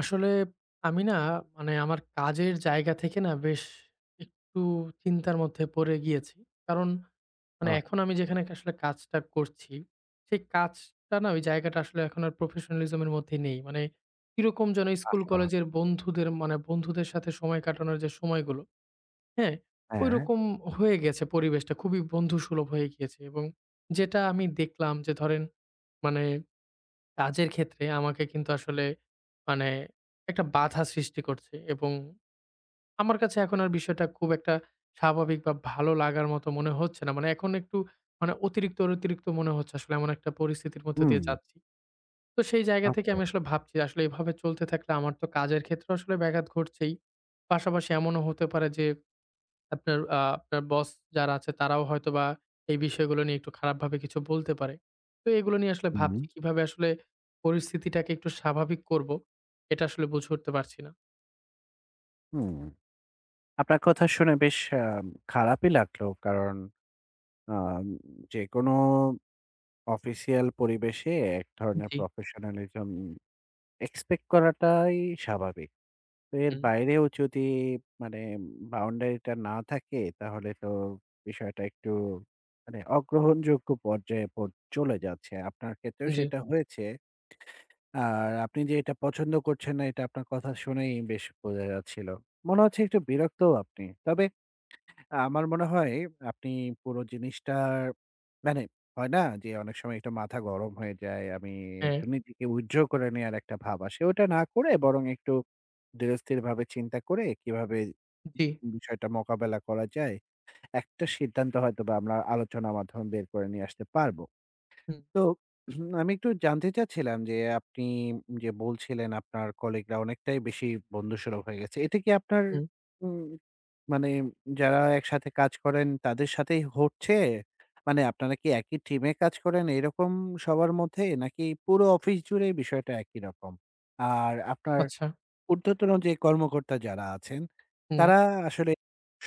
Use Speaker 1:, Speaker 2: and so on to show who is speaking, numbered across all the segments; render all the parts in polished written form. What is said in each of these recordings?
Speaker 1: আসলে আমি না মানে আমার কাজের জায়গা থেকে না বেশ একটু চিন্তার মধ্যে পড়ে গিয়েছি। কারণ মানে
Speaker 2: আহহা!
Speaker 1: এখন আমি যেখানে আসলে কাজটা করছি, সেই কাজটা না ওই জায়গাটা আসলে এখন আর professionalism এর মধ্যে নেই। মানে কিরকম যেন স্কুল কলেজের বন্ধুদের মানে বন্ধুদের সাথে সময় কাটানোর যে সময়গুলো, হ্যাঁ?
Speaker 2: হ্যাঁ।
Speaker 1: ঐরকম হয়ে গেছে পরিবেশটা খুবই বন্ধুসুলভ হয়ে গিয়েছে এবং যেটা আমি দেখলাম যে ধরেন মানে কাজের ক্ষেত্রে আমাকে কিন্তু আসলে মানে একটা বাধা সৃষ্টি করছে এবং আমার কাছে এখন আর বিষয়টা খুব একটা স্বাভাবিক বা ভালো লাগার মতো মনে হচ্ছে না। মানে এখন একটু মানে অতিরিক্ত আর অতিরিক্ত মনে হচ্ছে আসলে এমন একটা পরিস্থিতির মধ্যে
Speaker 2: হুম,
Speaker 1: দিয়ে যাচ্ছি। তো সেই জায়গা থেকে
Speaker 2: ওকে।
Speaker 1: আমি আসলে ভাবছি আসলে এভাবে চলতে থাকলে আমার তো কাজের ক্ষেত্রে আসলে ব্যাঘাত ঘটছেই। পাশাপাশি এমনও হতে পারে যে আপনার বস যারা আছে তারাও হয়তোবা এই বিষয়গুলো নিয়ে একটু খারাপভাবে কিছু বলতে পারে। তো এগুলো নিয়ে আসলে
Speaker 2: হুম,
Speaker 1: ভাবছি কিভাবে আসলে পরিস্থিতিটাকে একটু স্বাভাবিক করব, এটা আসলে বুঝে উঠতে পারছি না।
Speaker 2: হুম। আপনার কথা শুনে বেশ খারাপই লাগলো। কারণ আম যেকোনো অফিসিয়াল পরিবেশে এক ধরনের
Speaker 1: জি,
Speaker 2: প্রফেশনালিজম এক্সপেক্ট করাটাই স্বাভাবিক। তো এর
Speaker 1: হুম,
Speaker 2: বাইরেও যদি মানে বাউন্ডারিটা না থাকে তাহলে তো বিষয়টা একটু অগ্রহণযোগ্য পর্যায়ে চলে যাচ্ছে। আপনার ক্ষেত্রেও
Speaker 1: জি,
Speaker 2: সেটা হয়েছে। আর আপনি যে এটা পছন্দ করছেন না, এটা আপনার কথা শুনেই বেশ বোঝা যাচ্ছিল। মনে হচ্ছে একটু বিরক্তও আপনি। তবে আমার মনে হয় আপনি পুরো জিনিসটার মানে হয় না যে অনেক সময় একটু মাথা গরম হয়ে যায়।
Speaker 1: হ্যাঁ,
Speaker 2: একটু নিজেকে উইথড্র করে নেওয়ার একটা ভাব আসে। ওটা না করে বরং একটু ধীরস্থিরভাবে চিন্তা করে কিভাবে
Speaker 1: জি,
Speaker 2: বিষয়টা মোকাবেলা করা যায়, একটা সিদ্ধান্ত হয়তোবা আমরা আলোচনার মাধ্যমে বের করে নিয়ে আসতে পারব।
Speaker 1: হুম,
Speaker 2: তো হুম, আমি একটু জানতে চাচ্ছিলাম যে আপনি যে বলছিলেন আপনার কলিগরা অনেকটাই বেশি বন্ধুসুলভ হয়ে গেছে। এটা কি আপনার
Speaker 1: হুম,
Speaker 2: উম মানে যারা একসাথে কাজ করেন তাদের সাথেই হচ্ছে? মানে আপনারা কি একই টিমে কাজ করেন এরকম সবার মধ্যে? নাকি পুরো অফিস জুড়েই বিষয়টা একই রকম? আর আপনার
Speaker 1: আচ্ছা,
Speaker 2: ঊর্ধ্বতন যে কর্মকর্তা যারা আছেন,
Speaker 1: হুম,
Speaker 2: তারা আসলে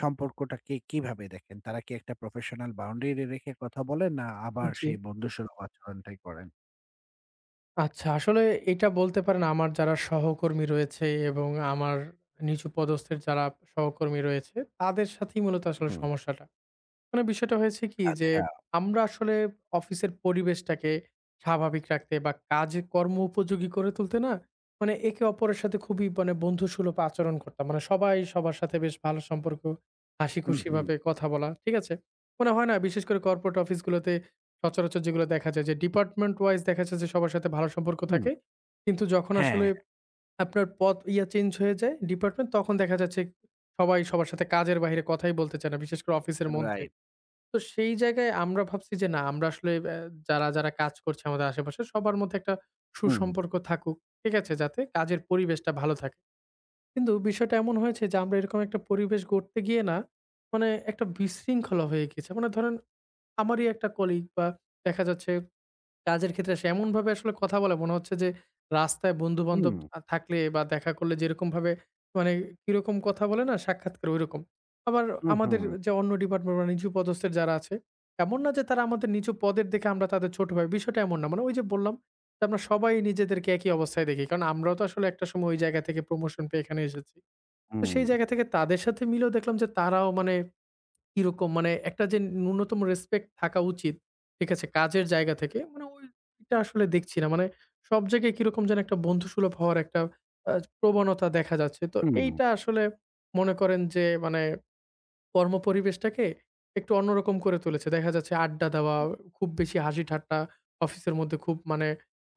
Speaker 2: সম্পর্কটাকে কিভাবে দেখেন? তারা কি একটা প্রফেশনাল বাউন্ডারি রেখে কথা বলেন? না আবার
Speaker 1: জি।
Speaker 2: সেই বন্ধুসুলভ আচরণটাই করেন?
Speaker 1: আচ্ছা, আসলে এটা বলতে পারেন আমার যারা সহকর্মী রয়েছে এবং আমার নিচু পদস্থের যারা সহকর্মী রয়েছে তাদের সাথেই মূলত আসলে
Speaker 2: হুম।
Speaker 1: সমস্যাটা। মানে বিষয়টা হয়েছে কি যে,
Speaker 2: আচ্ছা।
Speaker 1: আমরা আসলে অফিসের পরিবেশটাকে স্বাভাবিক রাখতে বা কাজ কর্ম উপযোগী করে তুলতে না, মানে একে অপরের সাথে খুবই মানে বন্ধুসুলভ আচরণ করতাম। মানে সবাই সবার সাথে বেশ ভালো সম্পর্ক,
Speaker 2: হুম, হুম,
Speaker 1: হাসিখুশিভাবে কথা বলা, ঠিক আছে? মানে হয় না বিশেষ করে কর্পোরেট অফিসগুলোতে সচরাচর যেগুলো দেখা যায় যে ডিপার্টমেন্ট ওয়াইজ দেখা যাচ্ছে যে সবার সাথে ভালো সম্পর্ক
Speaker 2: হুম।
Speaker 1: থাকে। কিন্তু যখন আসলে
Speaker 2: হ্যাঁ,
Speaker 1: আপনার পদ ইয়া চেঞ্জ হয়ে যায় ডিপার্টমেন্ট তখন দেখা যাচ্ছে সবাই সবার সাথে কাজের বাহিরে কথাই বলতে চায় না। বিশেষ করে অফিসের মধ্যে।
Speaker 2: রাইট।
Speaker 1: তো সেই জায়গায় আমরা ভাবছি যে না আমরা আসলে যারা কাজ করছে আমাদের আশেপাশে সবার মধ্যে একটা
Speaker 2: হুম,
Speaker 1: সুসম্পর্ক থাকুক। ঠিক আছে? যাতে কাজের পরিবেশটা ভালো থাকে। কিন্তু বিষয়টা এমন হয়েছে যে আমরা এরকম একটা পরিবেশ গড়তে গিয়ে না মানে একটা বিশৃঙ্খলা হয়ে গেছে। মানে ধরেন আমারই একটা কলিগ বা দেখা যাচ্ছে কাজের ক্ষেত্রে আসে এমনভাবে আসলে কথা বলে মনে হচ্ছে যে রাস্তায়
Speaker 2: হুম,
Speaker 1: বন্ধু-বান্ধব থাকলে বা দেখা করলে যেরকমভাবে মানে কিরকম কথা বলে না সাক্ষাৎকারে ঐরকম। আবার
Speaker 2: হুম,
Speaker 1: আমাদের
Speaker 2: হুম,
Speaker 1: যে অন্য ডিপার্টমেন্ট বা নিচু পদস্থের যারা আছে, এমন না যে তারা আমাদের নিচু পদের দেখে আমরা তাদের ছোট ভাই। বিষয়টা এমন না। মানে ওই যে বললাম যে আমরা সবাই নিজেদেরকে একই অবস্থায় দেখি। কারণ আমরাও তো আসলে একটা সময় ওই জায়গা থেকে প্রমোশন পেয়ে এখানে এসেছি। তো
Speaker 2: হুম,
Speaker 1: সেই জায়গা থেকে তাদের সাথে মিলেও দেখলাম যে তারাও মানে কিরকম মানে একটা যে ন্যূনতম রেসপেক্ট থাকা উচিত, ঠিক আছে? কাজের জায়গা থেকে মানে ওইটা আসলে দেখছি না। মানে সব জায়গায় কিরকম যেন একটা বন্ধুসুলভ হওয়ার একটা আ প্রবণতা দেখা যাচ্ছে। তো
Speaker 2: হুম,
Speaker 1: এইটা আসলে মনে করেন যে মানে কর্মপরিবেশটাকে একটু অন্যরকম করে তুলেছে। দেখা যাচ্ছে আড্ডা দেওয়া,
Speaker 2: হুম,
Speaker 1: খুব বেশি হাসি-ঠাট্টা, অফিসের মধ্যে খুব মানে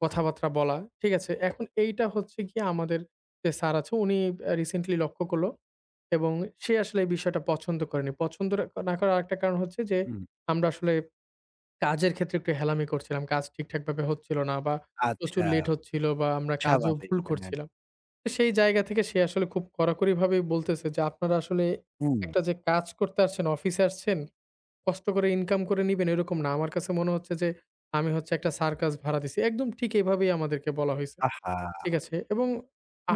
Speaker 1: কথাবার্তা বলা। ঠিক আছে? এখন এইটা হচ্ছে গিয়ে আমাদের যে স্যার আছে উনি রিসেন্টলি লক্ষ্য করল এবং সে আসলে এই বিষয়টা পছন্দ করেনি। পছন্দ না করার আরেকটা কারণ হচ্ছে যে,
Speaker 2: হুম।
Speaker 1: আমরা আসলে কাজের ক্ষেত্রে একটু হেলামি করছিলাম। কাজ ঠিকঠাকভাবে হচ্ছিল না বা প্রচুর
Speaker 2: আচ্ছা,
Speaker 1: লেট হচ্ছিল বা আমরা কাজেও
Speaker 2: স্বাভাবিক।
Speaker 1: ভুল
Speaker 2: হ্যাঁ।
Speaker 1: করছিলাম। সেই জায়গা থেকে সে আসলে খুব কড়াকড়িভাবেই বলতেছে যে, "আপনারা আসলে
Speaker 2: হুম।
Speaker 1: একটা যে কাজ করতে আসছেন, অফিসে আসছেন, কষ্ট করে ইনকাম করে নিবেন এরকম না। আমার কাছে মনে হচ্ছে যে আমি হচ্ছে একটা সার্কাস ভাড়া দিছি।" একদম ঠিক এভাবেই আমাদেরকে বলা হইছে।
Speaker 2: আহা!
Speaker 1: ঠিক আছে? এবং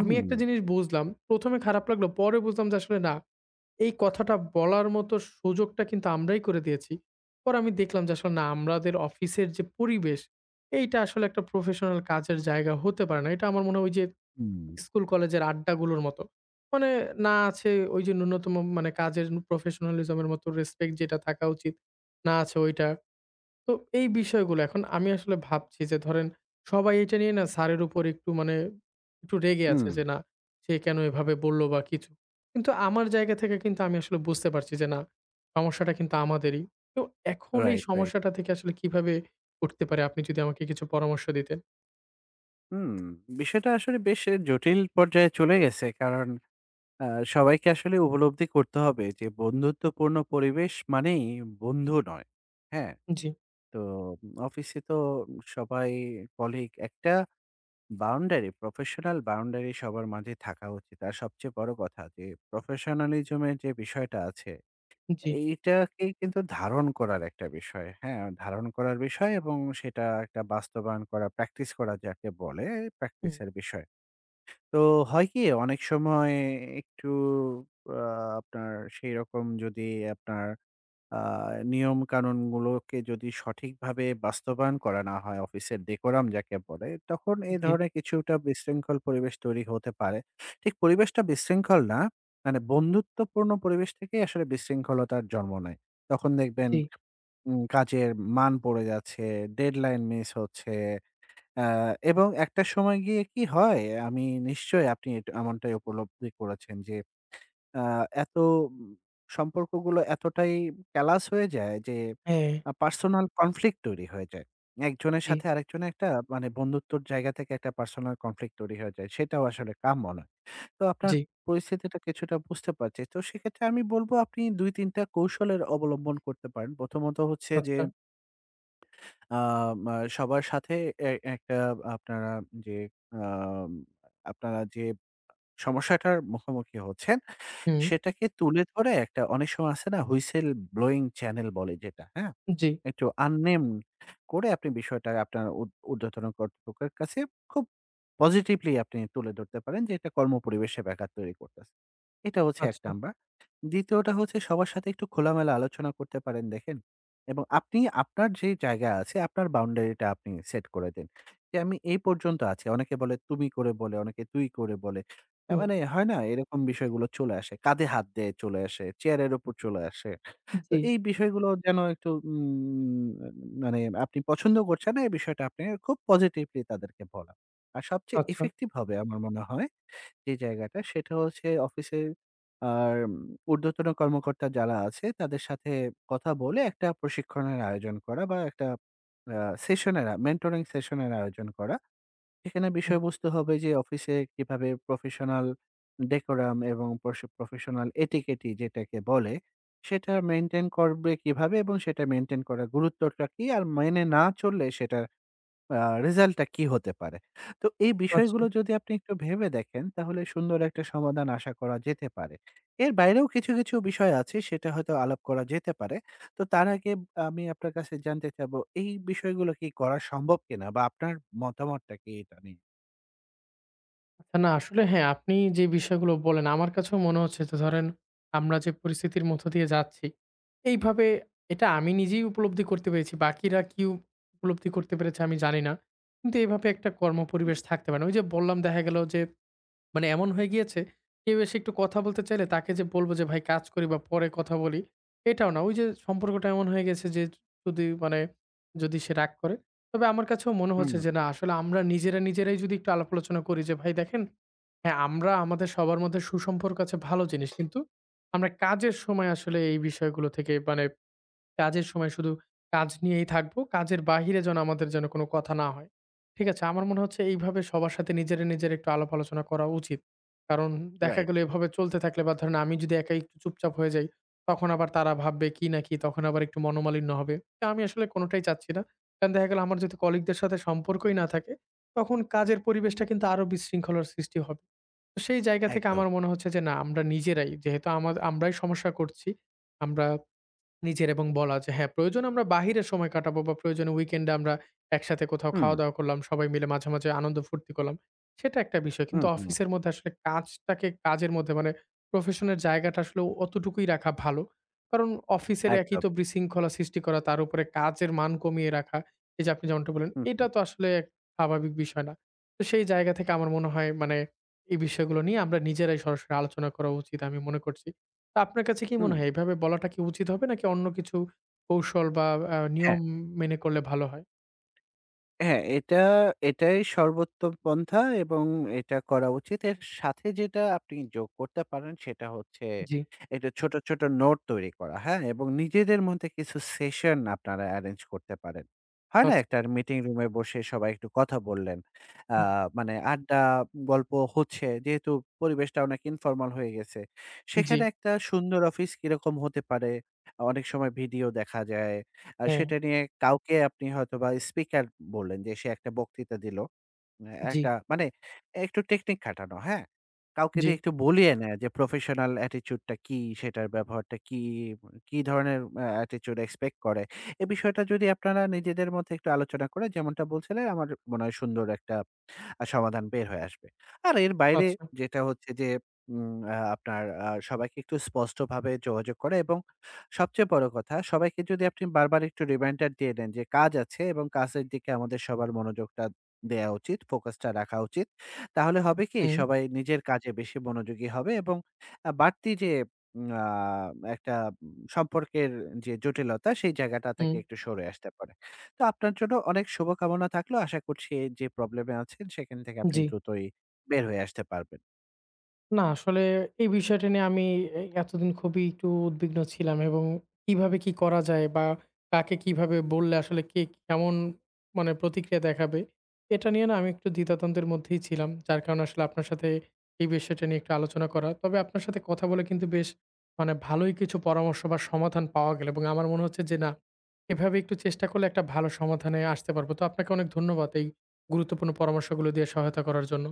Speaker 1: আমি একটা জিনিস বুঝলাম। ১ম এ খারাপ লাগলো। পরে বুঝলাম যে আসলে না, এই কথাটা বলার মতো সুযোগটা কিন্তু আমরাই করে দিয়েছি। পরে আমি দেখলাম যে আসলে না আমাদের অফিসের যে পরিবেশ, এইটা আসলে একটা প্রফেশনাল কাজের জায়গা হতে পারে না। এটা আমার মনে হয় ওই যে
Speaker 2: হুম,
Speaker 1: স্কুল কলেজের আড্ডাগুলোর মতো। মানে না আছে ওই যে ন্যূনতম মানে কাজের প্রফেশনালিজম এর মতো রেসপেক্ট যেটা থাকা উচিত, না আছে ওইটা। তো এই বিষয়গুলো এখন আমি আসলে ভাবছি যে ধরেন সবাই এটা নিয়ে না স্যারের উপর একটু মানে একটু রেগে আছে
Speaker 2: হুম।
Speaker 1: যে না সে কেন এভাবে বলল বা কিছু। কিন্তু আমার জায়গা থেকে কিন্তু আমি আসলে বুঝতে পারছি যে না সমস্যাটা কিন্তু আমাদেরই। তো এখন এই
Speaker 2: রাইট, রাইট।
Speaker 1: সমস্যাটা থেকে আসলে কিভাবে উঠতে পারে আপনি যদি আমাকে কিছু পরামর্শ দিতেন?
Speaker 2: হুম, বিষয়টা আসলে বেশ জটিল পর্যায়ে চলে গেছে। কারণ আ সবাইকে আসলে উপলব্ধি করতে হবে যে বন্ধুত্বপূর্ণ পরিবেশ মানেই বন্ধু নয়। হ্যাঁ?
Speaker 1: জি,
Speaker 2: তো অফিসে তো সবাই কলিগ, একটা প্রফেশনাল বাউন্ডারি সবার মাঝে থাকা উচিত। আর সবচেয়ে বড় কথা যে প্রফেশনালিজম এর যে বিষয়টা আছে,
Speaker 1: জি।
Speaker 2: এইটাকে কিন্তু ধারণ করার একটা বিষয়। হ্যাঁ? ধারণ করার বিষয় এবং সেটা একটা বাস্তবায়ন করা, প্র্যাকটিস করা যাকে বলে
Speaker 1: হুম,
Speaker 2: প্র্যাকটিস এর বিষয়। তো হয় কি? অনেক সময় একটু আ আপনার সেইরকম যদি আপনার আ নিয়মকানুনগুলোকে যদি সঠিকভাবে বাস্তবায়ন করা না হয়, অফিসের decorum যাকে বলে, তখন এ
Speaker 1: জি,
Speaker 2: ধরনের কিছুটা বিশৃঙ্খল পরিবেশ তৈরি হতে পারে। ঠিক পরিবেশটা বিশৃঙ্খল না, মানে বন্ধুত্বপূর্ণ পরিবেশ থেকেই আসলে বিশৃঙ্খলতার জন্ম নেয়। তখন দেখবেন
Speaker 1: জি।
Speaker 2: কাজের মান পড়ে যাচ্ছে, ডেডলাইন মিস হচ্ছে আ এবং একটা সময় গিয়ে কি হয়, আমি নিশ্চয়ই আপনি এমনটাই উপলব্ধি করেছেন যে, আ এত সম্পর্কগুলো এতটাই ক্যালাস হয়ে যায় যে,
Speaker 1: হ্যাঁ।
Speaker 2: পার্সোনাল কনফ্লিক্ট তৈরি হয়ে যায়। একজনের
Speaker 1: জি,
Speaker 2: সাথে আরেকজনের একটা বন্ধুত্বর জায়গা থেকে একটা পার্সোনাল কনফ্লিক্ট তৈরি হয়ে যায়। সেটাও আসলে কাম্য নয়। তো আপনার
Speaker 1: জি,
Speaker 2: পরিস্থিতিটা কিছুটা বুঝতে পারছি। তো সেক্ষেত্রে আমি বলব আপনি ২-৩ টা কৌশলের অবলম্বন করতে পারেন। প্রথমত হচ্ছে যে
Speaker 1: আচ্ছা।
Speaker 2: সবার সাথে এ একটা আপনারা যে আম আপনারা যে সমস্যাটার মুখোমুখি হচ্ছেন,
Speaker 1: হুম,
Speaker 2: সেটাকে তুলে ধরে একটা, অনেক সময় আছে না, হুইসেল ব্লোয়িং চ্যানেল বলে যেটা, হ্যাঁ?
Speaker 1: জি,
Speaker 2: একটু আননেম করে আপনি বিষয়টা আপনার ঊর্ধ্বতন কর্তৃপক্ষের কাছে খুব পজিটিভলি আপনি তুলে ধরতে পারেন যে এটা কর্মপরিবেশে ব্যাঘাত তৈরি করতেছে। এটা হচ্ছে ১
Speaker 1: আচ্ছা।
Speaker 2: নাম্বার। দ্বিতীয়টা হচ্ছে সবার সাথে একটু খোলামেলা আলোচনা করতে পারেন, দেখেন এবং আপনি আপনার যে জায়গা আছে আপনার বাউন্ডারিটা আপনি সেট করে দেন যে আমি এই পর্যন্ত আছি। অনেকে বলে তুমি করে বলে, অনেকে তুই করে বলে, তার
Speaker 1: হুম,
Speaker 2: মানে হয় না এরকম বিষয়গুলো চলে আসে, কাঁধে হাত দিয়ে চলে আসে, চেয়ারের উপর চলে আসে। তো
Speaker 1: জি,
Speaker 2: এই বিষয়গুলো যেন একটু মানে আপনি পছন্দ করছেন না এই বিষয়টা আপনি খুব পজিটিভলি তাদেরকে বলা। আর সবচেয়ে
Speaker 1: আচ্ছা।
Speaker 2: এফেক্টিভ হবে আমার মনে হয় যে জায়গাটা সেটা হচ্ছে অফিসের আর ঊর্ধ্বতন কর্মকর্তা যারা আছে তাদের সাথে কথা বলে একটা প্রশিক্ষণের আয়োজন করা বা একটা আ সেশনের আ মেন্টরিং সেশনের আয়োজন করা। এখানে
Speaker 1: হুম,
Speaker 2: বিষয়বস্তু হবে যে অফিসে কিভাবে প্রফেশনাল ডেকোরাম এবং প্রফেশনাল এটিকেটি যেটাকে বলে, সেটা মেইনটেইন করবে কিভাবে এবং সেটা মেইনটেইন করার গুরুত্বটা কি? আর মেনে না চললে সেটার আ রেজাল্টটা কি হতে পারে? তো এই
Speaker 1: আচ্ছা।
Speaker 2: বিষয়গুলো যদি আপনি একটু ভেবে দেখেন তাহলে সুন্দর একটা সমাধান আশা করা যেতে পারে। এর বাইরেও কিছু, কিছু বিষয় আছে সেটা হয়তো আলাপ করা যেতে পারে। তো তার আগে আমি আপনার কাছে জানতে চাবো এই বিষয়গুলো কি করা সম্ভব কিনা? বা আপনার মতামতটা কি এটা নিয়ে?
Speaker 1: আচ্ছা না আসলে হ্যাঁ, আপনি যে বিষয়গুলো বললেন আমার কাছেও মনে হচ্ছে যে ধরেন আমরা যে পরিস্থিতির মধ্য দিয়ে যাচ্ছি, এইভাবে এটা আমি নিজেই উপলব্ধি করতে পেরেছি। বাকিরা কি উপলব্ধি করতে পেরেছে আমি জানি না। কিন্তু এভাবে একটা কর্মপরিবেশ থাকতে পারে না। ওই যে বললাম দেখা গেল যে মানে এমন হয়ে গিয়েছে, কেউ এসে একটু কথা বলতে চাইলে তাকে যে বলব যে, "ভাই কাজ করি বা পরে কথা বলি" এটাও না। ওই যে সম্পর্কটা এমন হয়ে গেছে যে যদি মানে যদি সে রাগ করে। তবে আমার কাছেও মনে হচ্ছে
Speaker 2: হুম,
Speaker 1: যে না আসলে আমরা নিজেরাই যদি একটু আলাপ আলোচনা করি যে, "ভাই দেখেন, হ্যাঁ আমরা আমাদের সবার মধ্যে সুসম্পর্ক আছে ভালো জিনিস। কিন্তু আমরা কাজের সময় আসলে এই বিষয়গুলো থেকে মানে কাজের সময় শুধু কাজ নিয়েই থাকবো। কাজের বাহিরে যেন আমাদের যেন কোনো কথা না হয়। ঠিক আছে? আমার মনে হচ্ছে এইভাবে সবার সাথে নিজেরা, নিজের একটু আলাপ আলোচনা করা উচিত। কারণ দেখা
Speaker 2: রাইট,
Speaker 1: গেল এভাবে চলতে থাকলে বা ধরেন আমি যদি একাই একটু চুপচাপ হয়ে যাই, তখন আবার তারা ভাববে কি না কি, তখন আবার একটু মনোমালিন্য হবে। তো আমি আসলে কোনটাই চাচ্ছি না। কারণ দেখা গেল আমার যদি কলিগদের সাথে সম্পর্কই না থাকে, তখন কাজের পরিবেশটা কিন্তু আরো বিশৃঙ্খলার সৃষ্টি হবে। তো সেই জায়গা থেকে
Speaker 2: একদম।
Speaker 1: আমার মনে হচ্ছে যে না, আমরা নিজেরাই যেহেতু আমরাই সমস্যা করছি, আমরা নিজের এবং বলা যে হ্যাঁ, প্রয়োজন আমরা বাহিরে সময় কাটাবো বা প্রয়োজনে উইকেন্ডে আমরা একসাথে কোথাও
Speaker 2: হুম,
Speaker 1: খাওয়া-দাওয়া করলাম। সবাই মিলে মাঝামাঝি আনন্দ ফুর্তি করলাম। সেটা একটা বিষয়। কিন্তু
Speaker 2: হুম, হুম,
Speaker 1: অফিসের মধ্যে আসলে কাজটাকে কাজের মধ্যে মানে প্রফেশনের জায়গাটা আসলে অতটুকুই রাখা ভালো। কারণ অফিসের একই
Speaker 2: একদম।
Speaker 1: তো বিশৃঙ্খলা সৃষ্টি করা, তার উপরে কাজের মান কমিয়ে রাখা, এই যে আপনি যেমনটা বললেন,
Speaker 2: হুম,
Speaker 1: এটা
Speaker 2: হুম,
Speaker 1: তো আসলে এক স্বাভাবিক বিষয় না। তো সেই জায়গা থেকে আমার মনে হয় মানে এই বিষয়গুলো নিয়ে আমরা নিজেরাই সরাসরি আলোচনা করা উচিত আমি মনে করছি। তো আপনার কাছে কি মনে
Speaker 2: হুম,
Speaker 1: হয় এভাবে বলাটা কি উচিত হবে নাকি অন্য কিছু কৌশল বা
Speaker 2: হ্যাঁ।
Speaker 1: নিয়ম মেনে করলে ভালো হয়?
Speaker 2: হ্যাঁ, এটাই সর্বোত্তম পন্থা এবং এটা করা উচিত। এর সাথে যেটা আপনি যোগ করতে পারেন সেটা হচ্ছে
Speaker 1: জি।
Speaker 2: একটু ছোট, ছোট নোট তৈরি করা, হ্যাঁ? এবং নিজেদের মধ্যে কিছু সেশন আপনারা এরেঞ্জ করতে পারেন। হয় না?
Speaker 1: আচ্ছা।
Speaker 2: একটা মিটিং রুমে বসে সবাই একটু কথা বললেন। আ
Speaker 1: হুম।
Speaker 2: মানে আড্ডা, গল্প হচ্ছে, যেহেতু পরিবেশটা অনেক ইনফর্মাল হয়ে গেছে।
Speaker 1: জি।
Speaker 2: সেখানে একটা সুন্দর অফিস কিরকম হতে পারে, অনেক সময় ভিডিও দেখা যায়। আর
Speaker 1: হ্যাঁ।
Speaker 2: সেটা নিয়ে কাউকে আপনি হয়তোবা স্পিকার বললেন যে সে একটা বক্তৃতা দিল।
Speaker 1: জি।
Speaker 2: একটা একটু টেকনিক খাটানো, হ্যাঁ? কাউকে
Speaker 1: জি।
Speaker 2: দিয়ে একটু বলিয়ে নেয়া যে প্রফেশনাল অ্যাটিটিউড টা কি, সেটার ব্যবহারটা কি, কি ধরনের অ্যাটিটিউড এক্সপেক্ট করে। এ বিষয়টা যদি আপনারা নিজেদের মধ্যে একটু আলোচনা করে যেমনটা বলছিলেন আমার মনে হয় সুন্দর একটা সমাধান বের হয়ে আসবে। আর এর বাইরে
Speaker 1: আচ্ছা।
Speaker 2: যেটা হচ্ছে যে উম আ আপনার আ সবাইকে একটু স্পষ্টভাবে যোগাযোগ করা এবং সবচেয়ে বড় কথা সবাইকে যদি আপনি বারবার একটু রিমাইন্ডার দিয়ে দেন যে কাজ আছে এবং কাজের দিকে আমাদের সবার মনোযোগটা দেয়া উচিত, ফোকাসটা রাখা উচিত। তাহলে হবে কি
Speaker 1: হুম,
Speaker 2: সবাই নিজের কাজে বেশি মনোযোগী হবে এবং বাড়তি যে উম আ একটা সম্পর্কের যে জটিলতা সেই জায়গাটা থেকে
Speaker 1: হুম।
Speaker 2: একটু সরে আসতে পারে। তো আপনার জন্য অনেক শুভকামনা থাকলো। আশা করছি যে প্রবলেম এ আছেন সেখান থেকে আপনি
Speaker 1: জি।
Speaker 2: দ্রুতই বের হয়ে আসতে পারবেন।
Speaker 1: না আসলে এই বিষয়টা নিয়ে আমি এতদিন খুবই একটু উদ্বিগ্ন ছিলাম এবং কিভাবে কি করা যায় বা কাকে কিভাবে বললে আসলে কে কেমন মানে প্রতিক্রিয়া দেখাবে এটা নিয়ে না আমি একটু দ্বিধাদ্বন্দ্বের মধ্যেই ছিলাম যার কারণে আসলে আপনার সাথে এই বিষয়টা নিয়ে একটু আলোচনা করা তবে আপনার সাথে কথা বলে কিন্তু বেশ মানে ভালোই কিছু পরামর্শ বা সমাধান পাওয়া গেল এবং আমার মনে হচ্ছে যে না এভাবে একটু চেষ্টা করলে একটা ভালো সমাধানে আসতে পারবো তো আপনাকে অনেক ধন্যবাদ এই গুরুত্বপূর্ণ পরামর্শগুলো দিয়ে সহায়তা করার জন্য